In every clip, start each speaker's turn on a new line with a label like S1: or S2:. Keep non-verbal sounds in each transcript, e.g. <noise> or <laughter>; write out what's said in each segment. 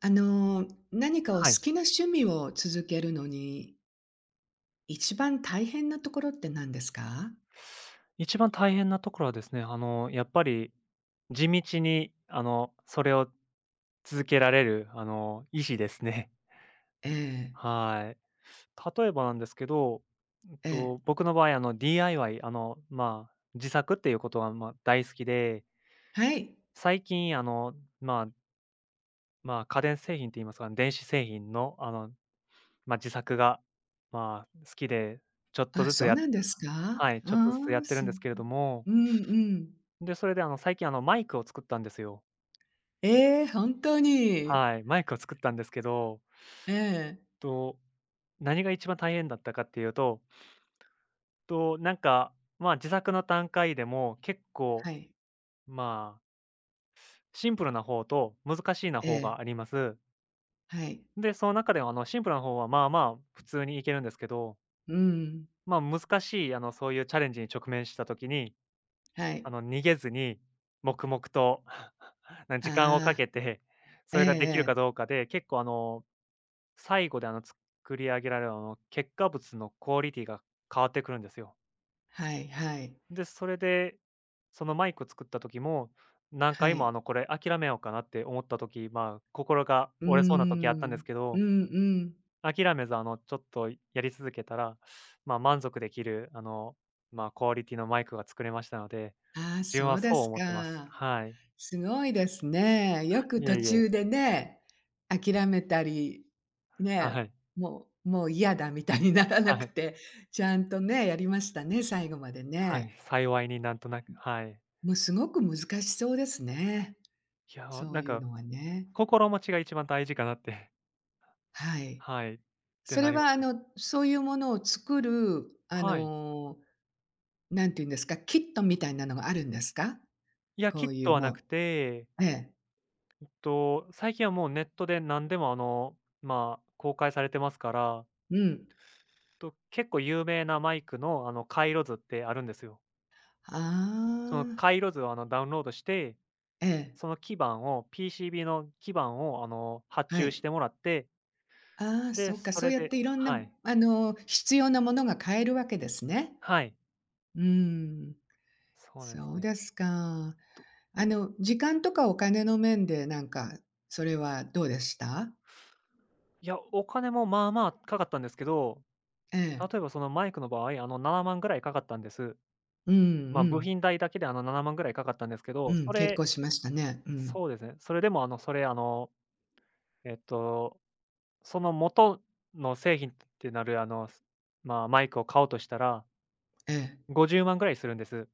S1: 何かを
S2: はい。
S1: 好きな趣味を続けるのに、一番大変なところって何ですか？
S2: 一番大変なところはですね、やっぱり地道に、それを続けられる、意志ですね。<laughs>
S1: ええ、
S2: はい。例えばなんですけど、
S1: ええ、
S2: 僕の場合、DIY、まあ、自作っていうことがまあ、大好きで、
S1: はい。
S2: 最近、まあまあ、家電製品って言いますか、電子製品の、まあ、自作が、まあ、好きで、ちょっと
S1: あ、
S2: ずつ
S1: そう
S2: や
S1: なんですか？
S2: はい、ちょっとずつ
S1: あ
S2: や
S1: あ、
S2: ってるん
S1: う
S2: で
S1: ん。
S2: すけれども。
S1: うんうん。
S2: で、それで最近マイクを作ったんですよ。
S1: ええ、本当に。
S2: はい、マイクを作ったんですけど、
S1: ええ、
S2: と、何が一番大変だったかっていうと、なんか、まあ、自作の段階でも結構、
S1: はい。
S2: まあ、シンプルな方と難しいな
S1: え
S2: 方が
S1: え、
S2: あります。
S1: はい。
S2: で、その中でもシンプルな方はまあまあ普通にいけるんですけど、
S1: うん、
S2: まあ、難しいそういうチャレンジに直面した時に、
S1: はい。
S2: 逃げずに黙々と <laughs>、な時間をか
S1: ああ、
S2: けて、そ
S1: えええ
S2: れができるか
S1: え。
S2: どうかで、結構最後で作り上げられる結果物のクオリティが変わってくるんですよ。
S1: はいはい。
S2: で、それで、そのマイク作った時も、何
S1: は
S2: 回も
S1: い。
S2: これ諦めようかなって思った時、まあ心が
S1: うー
S2: 折れそうな時あったんで
S1: ん。
S2: すけ
S1: うんう
S2: ど、
S1: ん。
S2: 諦めずちょっとやり続けたら、まあ満足できるまあクオリティのマイクが作れましたので、
S1: ああ、
S2: 自分
S1: そ
S2: は
S1: う
S2: そ
S1: で
S2: う
S1: す
S2: 思ってます。
S1: か。
S2: はい。
S1: すごいですね。よく
S2: い
S1: 途
S2: えいえ。
S1: 中でね、諦めたり、
S2: は
S1: ね、
S2: い。
S1: もう嫌だみたいにならな
S2: は
S1: く
S2: い。
S1: て、ちゃんとね、やりましたね、最後まで
S2: はい。
S1: ね。
S2: 幸いになんとなく、はい。
S1: もうすごく難しそうですね。
S2: いや、
S1: そう
S2: なん
S1: いう
S2: か、
S1: のはね。
S2: 心持ちが一番大事かなって
S1: はい。
S2: はい。って
S1: そ
S2: な
S1: れ
S2: りま
S1: は
S2: すね。
S1: そういうものを作る、
S2: はい。
S1: なんて言うんですか、キットみたいなのがあるんですか？
S2: いや、
S1: こ
S2: キッ
S1: うい
S2: ト
S1: う
S2: は
S1: も
S2: なく
S1: う
S2: て、
S1: ええ、
S2: 最近はもうネットで何でも、まあ、公開されてますから、
S1: うん。
S2: 結構有名なマイクの、回路図ってあるんですよ。
S1: あ
S2: その
S1: あ、
S2: 回路図を、ダウンロードして、
S1: ええ、
S2: その基板を PCB の基板を、発
S1: は
S2: 注し
S1: い。
S2: てもらって、
S1: ああ、そ
S2: で、
S1: うか、
S2: そ
S1: そ
S2: れ
S1: うやっ
S2: で
S1: ていろんな、
S2: はい。
S1: 必要なものが買えるわけですね。
S2: はい。
S1: うーん、
S2: そうなんです
S1: そう
S2: ね。
S1: ですか。
S2: と
S1: 時間とかお金の面で、なんか、それはどうでした？
S2: いや、お金もまあまあかかったんですけど、
S1: ええ。
S2: 例えばそのマイクの場合、7万ぐらいかかったんです。
S1: うんう
S2: まあ、部
S1: ん。
S2: 品代だけで、7万ぐらいかかったんですけ
S1: う
S2: ど、
S1: ん、結婚しましたね。うん。
S2: そうですね。それでも、それ、えっと、その元の製品ってなる、まあ、マイクを買おうとしたら、
S1: ええ。
S2: 50万ぐらいするんです。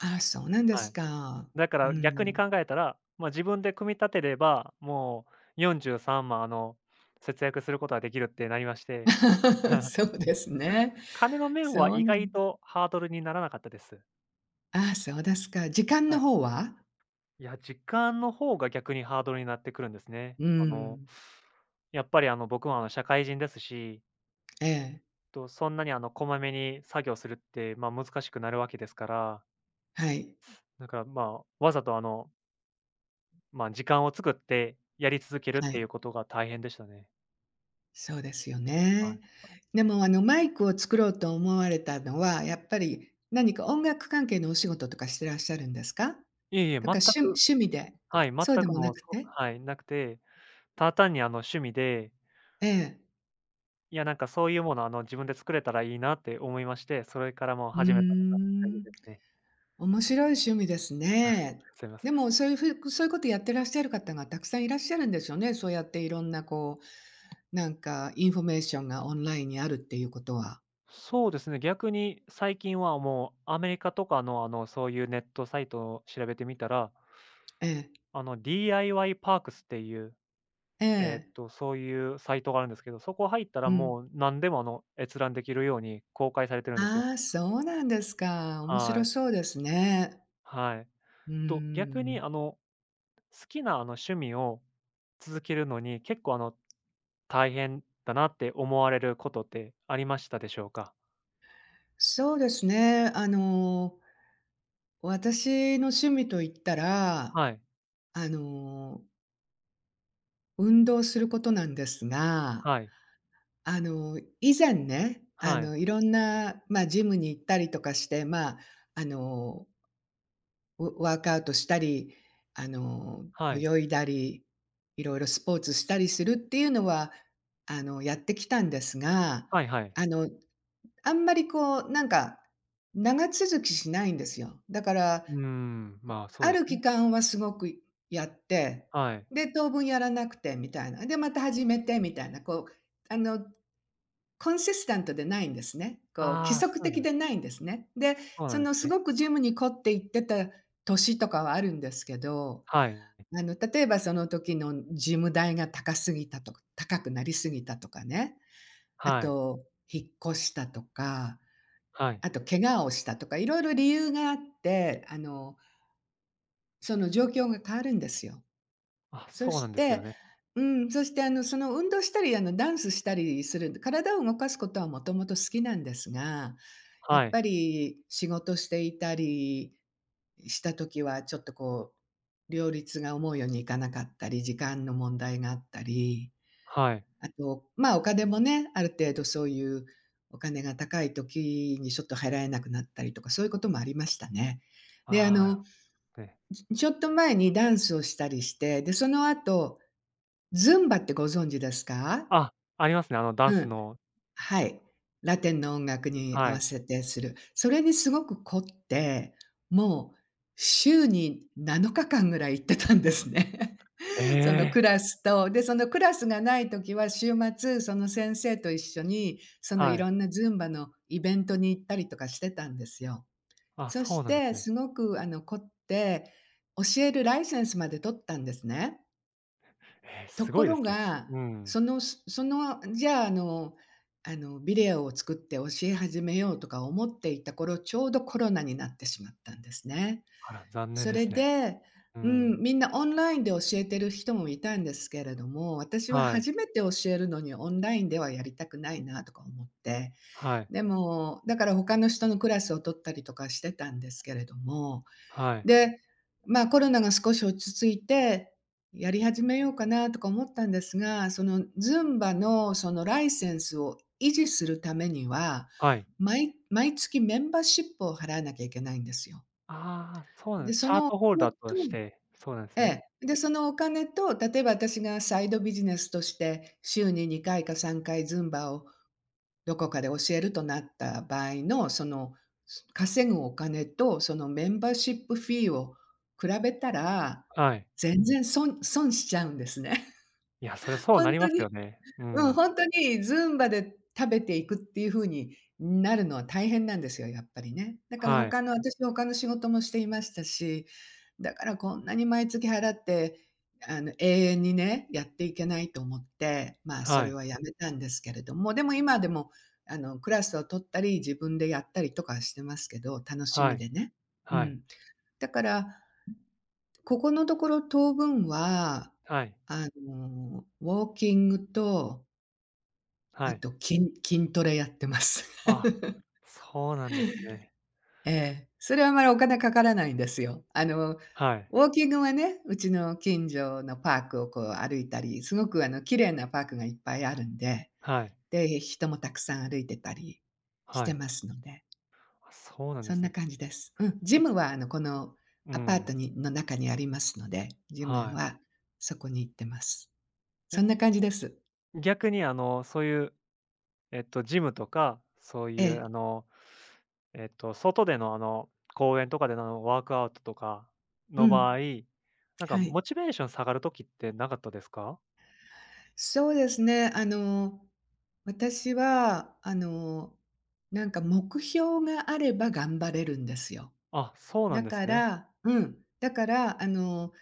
S1: ああ、そうなんで
S2: は
S1: す
S2: い。
S1: か。
S2: だか
S1: う
S2: ら逆に
S1: ん。
S2: 考えたら、まあ、自分で組み立てれば、もう43万、節約することができるってなりまして、
S1: <laughs>
S2: <laughs>
S1: そうですね。
S2: 金の面は
S1: そう
S2: 意
S1: なん
S2: 外とハードルにならなかったです。
S1: ああ、そうですか。時間
S2: は
S1: の
S2: い。
S1: 方は？
S2: いや、時間の方が逆にハードルになってくるんですね。
S1: うん。
S2: やっぱり僕も社会人ですし、
S1: ええ。
S2: そんなにこまめに作業するって、まあ、難しくなるわけですから、
S1: はい。
S2: だから、まあ、わざとまあ、時間を作ってやり続けるっ
S1: は
S2: ていう
S1: い。
S2: ことが大変でしたね。
S1: そうですよ
S2: は
S1: ね。
S2: い。
S1: でもあのマイクを作ろうと思われたのは、やっぱり何か音楽関係のお仕事とかしてらっしゃるんですか？
S2: いえいえ、
S1: と
S2: 全
S1: か、
S2: く
S1: 趣味で？
S2: はい、全
S1: そうで
S2: く
S1: もな
S2: もう、
S1: くて？
S2: はい、なくて、ただ単に趣味で、
S1: ええ。
S2: いや、なんかそういうもの、自分で作れたらいいなって思いまして、それからもう
S1: うー
S2: 始めたのがきっかけ
S1: ん、
S2: ですね。
S1: 面白い趣味ですね。
S2: すみません。
S1: でもそういうふうそういうことやってらっしゃる方がたくさんいらっしゃるんですよね。そうやっていろんなこう、なんかインフォメーションがオンラインにあるっていうことは。
S2: そうですね、逆に最近はもうアメリカとかの、そういうネットサイトを調べてみたら、
S1: ええ、
S2: DIY パークスっていう、
S1: ええ、
S2: そういうサイトがあるんですけど、そこ入った
S1: う
S2: ら
S1: ん。
S2: もう何でも、閲覧できるように公開されてるんですよ。
S1: ああ、そうなんですか。面
S2: は
S1: 白そ
S2: い。
S1: うですね。
S2: はい。
S1: うー
S2: 逆に、
S1: ん、
S2: 好きな、趣味を続けるのに結構、大変だなって思われることってありましたでしょうか？
S1: そうですね。私の趣味といったら、
S2: はい。
S1: あの、運動することなんですが、
S2: はい。
S1: 以前ね、
S2: はい。
S1: いろんな、まあ、ジムに行ったりとかして、まあ、あの、ワークアウトしたり、あの、
S2: はい。
S1: 泳いだり、いろいろスポーツしたりするっていうのは、やってきたんですが、
S2: はいはいはい。
S1: あのあんまりこう、なんか、長続きしないんですよ。だから、
S2: うーん、まあ、そう
S1: あ
S2: で
S1: る
S2: す
S1: 期
S2: ね。
S1: 間はすごくやって、
S2: はい。
S1: で、当分やらなくてみたいな。で、また始めてみたいな、こう、あの、コンシスタントでないんですね。こう、規
S2: ああ、
S1: 則的でないんですね。で、
S2: そうな
S1: そ
S2: んで
S1: の
S2: す
S1: す
S2: ね。
S1: ごくジムに凝って行ってた年とかはあるんですけど、
S2: はい。
S1: 例えばその時のジム代が高すぎたとか高くなりすぎたとかね。あ
S2: はい。
S1: と、引っ越したとか、
S2: はい。
S1: あと怪我をしたとか、いろいろ理由があって、その状況が変わるんですよ。
S2: あ、
S1: そ
S2: そうなん
S1: し
S2: ですよ
S1: て
S2: ね。
S1: うん、そしてその運動したり、ダンスしたりする体を動かすことはもともと好きなんですが、やっ
S2: はい。
S1: ぱり仕事していたりした時は、ちょっとこう、両立が思うようにいかなかったり、時間の問題があったり
S2: はい。
S1: あと、ま、お金もね、ある程度そういうお金が高い時にちょっと払えなくなったりとか、そういうこともありましたね。で、
S2: ああ、ね。
S1: ちょっと前にダンスをしたりして、で、その後、ズンバってご存知ですか？
S2: あ、ありますね、ダ
S1: う
S2: ンス
S1: ん、
S2: の
S1: はい。ラテンの音楽に合
S2: は
S1: わ
S2: い。
S1: せてする。それにすごく凝って、もう週に7日間ぐらい行ってたんですね。
S2: え
S1: <laughs> そのク
S2: え、
S1: ラスと、で、そのクラスがない時は週末、その先生と一緒に、そのい
S2: はい。
S1: ろんなズンバのイベントに行ったりとかしてたんですよ。
S2: あ、
S1: そ
S2: そう
S1: し
S2: なんです
S1: て
S2: ね。
S1: すごく凝って、教えるライセンスまで取ったんですね。
S2: ええ、
S1: と
S2: す
S1: こ
S2: ごいで
S1: ろ
S2: すね。
S1: が、
S2: うん。
S1: じゃあ、ビデオを作って教え始めようとか思っていた頃、ちょうどコロナになってしまったんですね。
S2: あら、残念
S1: そ
S2: で
S1: れ
S2: すね。
S1: で、
S2: う
S1: うん、
S2: ん。
S1: みんなオンラインで教えてる人もいたんですけれども、私は
S2: はい。
S1: 初めて教えるのにオンラインではやりたくないなとか思って、
S2: はい。
S1: でも、だから他の人のクラスを取ったりとかしてたんですけれども、
S2: はい。
S1: で、まあ、コロナが少し落ち着いて、やり始めようかなとか思ったんですが、そのズンバのそのライセンスを維持するためには、
S2: はい。
S1: 毎月メンバーシップを払わなきゃいけないんですよ。
S2: ああ、そうな
S1: で、
S2: んチ
S1: そ
S2: ャー
S1: のお
S2: トホル
S1: 金
S2: ダーと
S1: と
S2: して、そうなんです
S1: え
S2: よね。
S1: え。で、そのお金と、例えば私がサイドビジネスとして、週に2回か3回ズンバをどこかで教えるとなった場合の、その、稼ぐお金と、そのメンバーシップフィーを比べたら、
S2: はい。
S1: 全然損しちゃうんですね。
S2: いや、そりゃ
S1: <laughs>
S2: そう
S1: 本
S2: なり
S1: 当
S2: ます
S1: に
S2: よね。う
S1: うん、
S2: ん。
S1: ほんとにズンバで食べていくっていう風になるのは大変なんですよ、やっぱりね。だから
S2: はい。
S1: 私、他の仕事もしていましたし、だからこんなに毎月払って、永遠にね、やっていけないと思って、まあ、そ
S2: は
S1: れ
S2: い。
S1: はやめたんですけれども、でも今でも、クラスを取ったり、自分でやったりとかはしてますけど、楽し
S2: は
S1: み
S2: い、
S1: でね。う
S2: はい、
S1: ん。だから、ここのところ当分は、
S2: はい、
S1: ウォーキングとあ
S2: はい。
S1: と、筋トレやってます。
S2: あ、
S1: <laughs>
S2: そうなんですね。
S1: ええ、それはあまりお金かからないんですよ。ウ
S2: はい、
S1: ォーキングはね、うちの近所のパークをこう歩いたり、すごく綺麗なパークがいっぱいあるんで、
S2: はい、
S1: で、人もたくさん歩いてたりし
S2: は
S1: て
S2: い。
S1: ますので、
S2: あ、そうなんで
S1: そん
S2: す
S1: な
S2: ね。
S1: 感じです。うん、ジ
S2: え
S1: ムはあの、この
S2: う
S1: アパー
S2: ん、
S1: トの中にありますので、ジム
S2: はい。
S1: はそこに行ってます。そ
S2: え、
S1: んな感じです。
S2: 逆にそういう、ジムとか、そう
S1: え
S2: いう
S1: え、
S2: 外での公園とかでのワークアウトとか
S1: う
S2: の
S1: ん、
S2: 場合、なんか
S1: はい。
S2: モチベーション下がる時ってなかったですか？
S1: そうですね。私は、なんか目標があれば頑張れるんですよ。
S2: あ、そうなん
S1: だ
S2: です
S1: か
S2: ね。
S1: ら、うん。だから、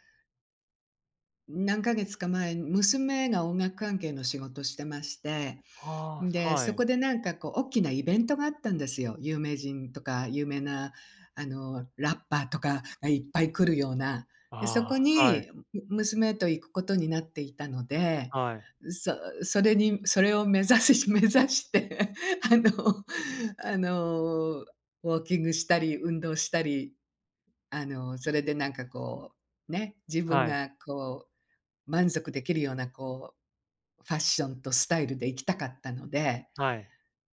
S1: 何ヶ月か前、娘が音楽関係の仕事してまして、
S2: ああ、
S1: で、
S2: は
S1: そこ
S2: い。
S1: でなんかこう大きなイベントがあったんですよ。有名人とか有名なラッパーとかがいっぱい来るような。で、そ
S2: あ
S1: こ
S2: あ、はい、
S1: に、娘と行くことになっていたので、
S2: はい、
S1: そそれにそれを目指し <laughs> 目指して、あのあの、ウォーキングしたり、運動したり、それでなんかこう、ね、自分
S2: はい、
S1: がこう満足できるようなこう、ファッションとスタイルで行きたかったので
S2: はい。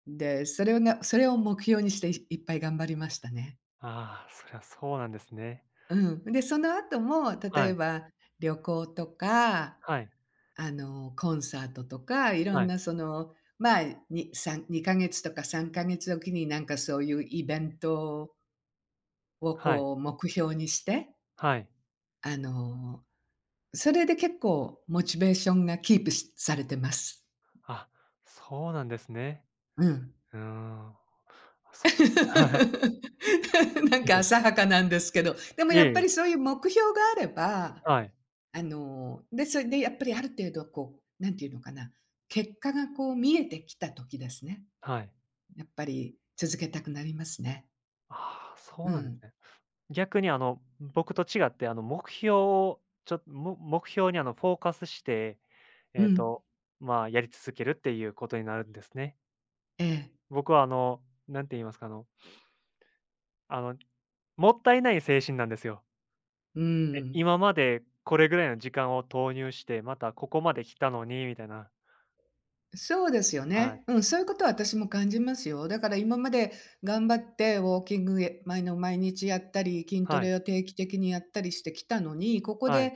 S1: それを目標にして、いっぱい頑張りましたね。
S2: ああ、そりゃそうなんですね。
S1: うん。で、その後も、例
S2: は
S1: え
S2: い、
S1: ば旅行とか、
S2: はい、
S1: コンサートとか、いろ
S2: は
S1: ん
S2: い、
S1: なその、まあ、にさん2か月とか3か月おきになんかそういうイベントを
S2: はい、
S1: こう目標にして、
S2: はい。
S1: あの、それで結構モチベーションがキープしされてます。
S2: あ、そうなんですね。
S1: うん。
S2: うーん、あ、そう。<laughs> は
S1: <laughs> なん
S2: い、い
S1: か
S2: え
S1: 浅はかなんですけど、でも
S2: いえ、
S1: や
S2: いえ
S1: っぱ
S2: い
S1: り
S2: え、
S1: そういう目標があれば、
S2: はい、
S1: で、それでやっぱりある程度こう、なんていうのかな、結果がこう見えてきた時ですね。
S2: はい。
S1: やっぱり続けたくなりますね。
S2: ああ、そ
S1: う
S2: うなんで
S1: ん。
S2: すね。逆に僕と違って、目標をちょも目標にフォーカスして、
S1: う
S2: えっ
S1: ん。
S2: と、まあ、やり続けるっていうことになるんですね。
S1: ええ。
S2: 僕は何て言いますか、あの、もったいない精神なんですよ。
S1: うん。
S2: 今までこれぐらいの時間を投入して、またここまで来たのにみたいな。
S1: そうですよ
S2: は
S1: ね。
S2: い。
S1: うん、そういうことは私も感じますよ。だから今まで頑張ってウォーキング、え、毎の毎日やったり、筋ト
S2: はい、
S1: レを定期的にやったりしてきたのに、ここ
S2: はい、
S1: で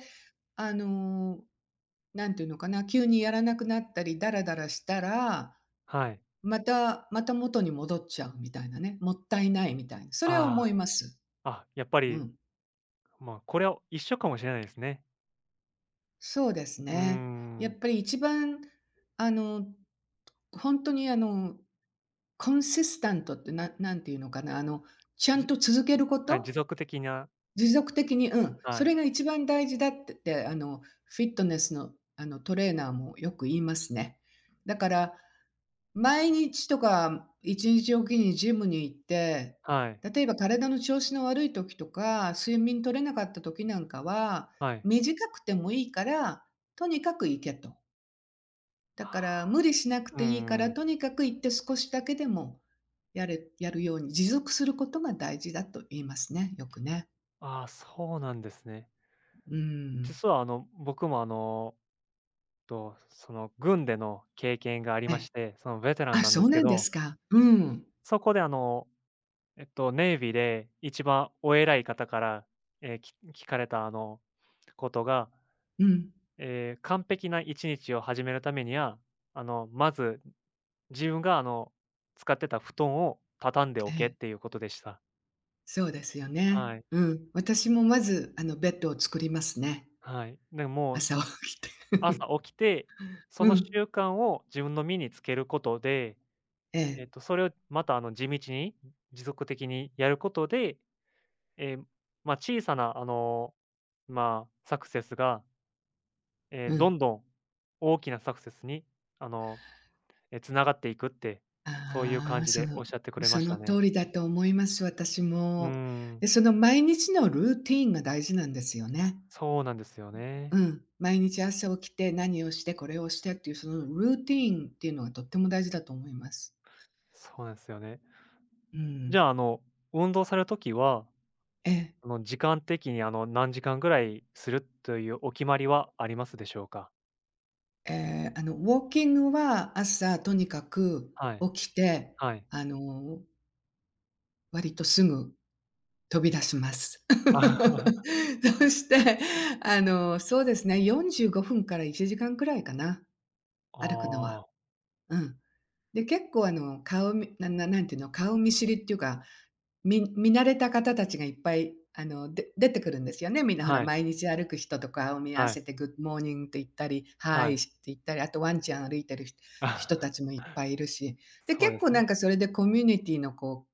S1: あの、なんていうのかな、急にやらなくなったりダラダラしたら、
S2: はい。
S1: またまた元に戻っちゃうみたいなね、もったいないみたいな、それは思
S2: あ
S1: います。
S2: あ、あ、やっぱ
S1: う
S2: り、
S1: ん。
S2: まあ、これは一緒かもしれないですね。
S1: そうです
S2: うー
S1: ね。やっ
S2: ん。
S1: ぱり一番、あの、本当にコンシスタントってんていうのかな、ちゃん
S2: じ
S1: と続けるこ
S2: はい、持
S1: と、
S2: 続的な
S1: 持続的に、うん、
S2: は
S1: そ
S2: い、
S1: れが一番大事だって、フィットネスの、トレーナーもよく言いますね。だから毎日とか1日おきにジムに行って、
S2: はい、
S1: 例えば体の調子の悪い時とか、睡眠取れなかった時なんかは、
S2: はい。
S1: 短くてもいいから、とにかく行けと。
S2: あ
S1: だから
S2: あ、
S1: 無理しなく
S2: うー
S1: ていいから、
S2: ん。
S1: とにかく行って少しだけでもやるように持続することが大事だと言いますね、よくね。
S2: ああ、そうなんですね。
S1: うん。
S2: 実は僕もその軍での経験があり
S1: え
S2: ま
S1: え。
S2: して、そのベテラン
S1: あ、
S2: なんで
S1: そう
S2: すけ
S1: なんで
S2: ど、
S1: すか。うん。
S2: そこでネイビーで一番お偉い方から、聞かれたことが
S1: うん。
S2: 完璧な1日を始めるためには、まず自分が、使ってた布団を畳んで
S1: え
S2: おけっ
S1: え、
S2: ていうことでした。
S1: そうですよね。
S2: はい。
S1: うん。私もまず、あの、ベッドを作りますね。
S2: はい。で、もう
S1: 朝起きて。
S2: 朝
S1: <laughs>
S2: 起きて、そ
S1: う
S2: の
S1: ん。
S2: 習慣を自分の身につけることで、
S1: ええ、
S2: それをまた、地道に、持続的にやることで、ええ、まあ、小さな、まあ、サクセスが、
S1: う
S2: ど
S1: ん。
S2: んどん大きなサクセスに、あのえ、繋がっていくって、そういう感
S1: ああ、
S2: じでおっしゃってくれま
S1: そ
S2: し
S1: の
S2: た
S1: 通
S2: ね。
S1: りだと思います、私
S2: うー
S1: も。
S2: ん、
S1: で、その毎日のルーティーンが大事なんですよね。
S2: そうなんですよ
S1: う
S2: ね。
S1: ん。毎日朝起きて何をしてこれをしてっていうそのルーティーンっていうのがとっても大事だと思います。
S2: そうなんですよね。
S1: う
S2: じ
S1: ん。
S2: ゃあ、運動されるときは、
S1: ええ、
S2: 時間的に、何時間ぐらいするというお決まりはありますでしょうか？
S1: ええ、あの、ウォーキングは朝とにかく
S2: はい、
S1: 起きて、
S2: はい。
S1: あの、割とすぐ飛び出します。
S2: <laughs>
S1: <laughs> そして、あの、そうですね、45分から1時間くらいかな、歩くのは。
S2: ああ、
S1: うん。で、結構あの、顔みなななんていうの、顔見知りっていうか、見慣れた方たちがいっぱい、あの、で出てくるんですよね。みんなほら、
S2: はい、
S1: 毎日歩く人と顔を見合わ
S2: は
S1: せ
S2: い、
S1: て、グッドモーニングって言ったり、ハー
S2: は
S1: イ
S2: い。
S1: って言ったり、あとワンちゃん歩いてる人たちも
S2: <laughs>
S1: いっぱいいるし、で、
S2: そ
S1: 結
S2: うです
S1: 構な
S2: ね。
S1: んかそれでコミュニティのこう、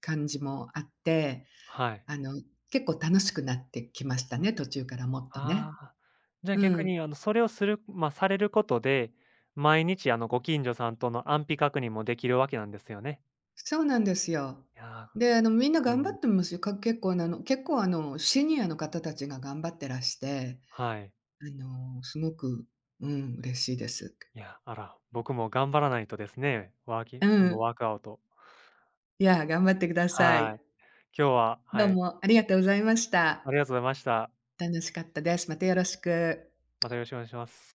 S1: 感じもあって
S2: はい。
S1: あの、結構楽しくなってきましたね、途中からもっと
S2: あ
S1: ね。
S2: あ、じゃあ、
S1: う
S2: 逆
S1: ん。
S2: に、それをするま、されることで、毎日、ご近所さんとの安否確認もできるわけなんですよね。
S1: そうなんですよ。
S2: いや
S1: で、あの、みんな
S2: ー、う
S1: 頑張
S2: ん、
S1: ってますよ。か結構なの結構あの、シニアの方たちが頑張ってらして、
S2: はい。
S1: あの、すごく、うん、嬉しいです。
S2: いや、あら、僕も頑張らないとですね、ワーキ
S1: う
S2: もう
S1: ん。
S2: ワークアウト。
S1: いや、頑張ってくださ
S2: は
S1: い。
S2: い。今日は、
S1: ど
S2: は
S1: う
S2: い、
S1: もありがとうございまし
S2: あ
S1: た。
S2: りがとうございました。
S1: 楽しかったです。またよろしく。
S2: またよろしくお願いします。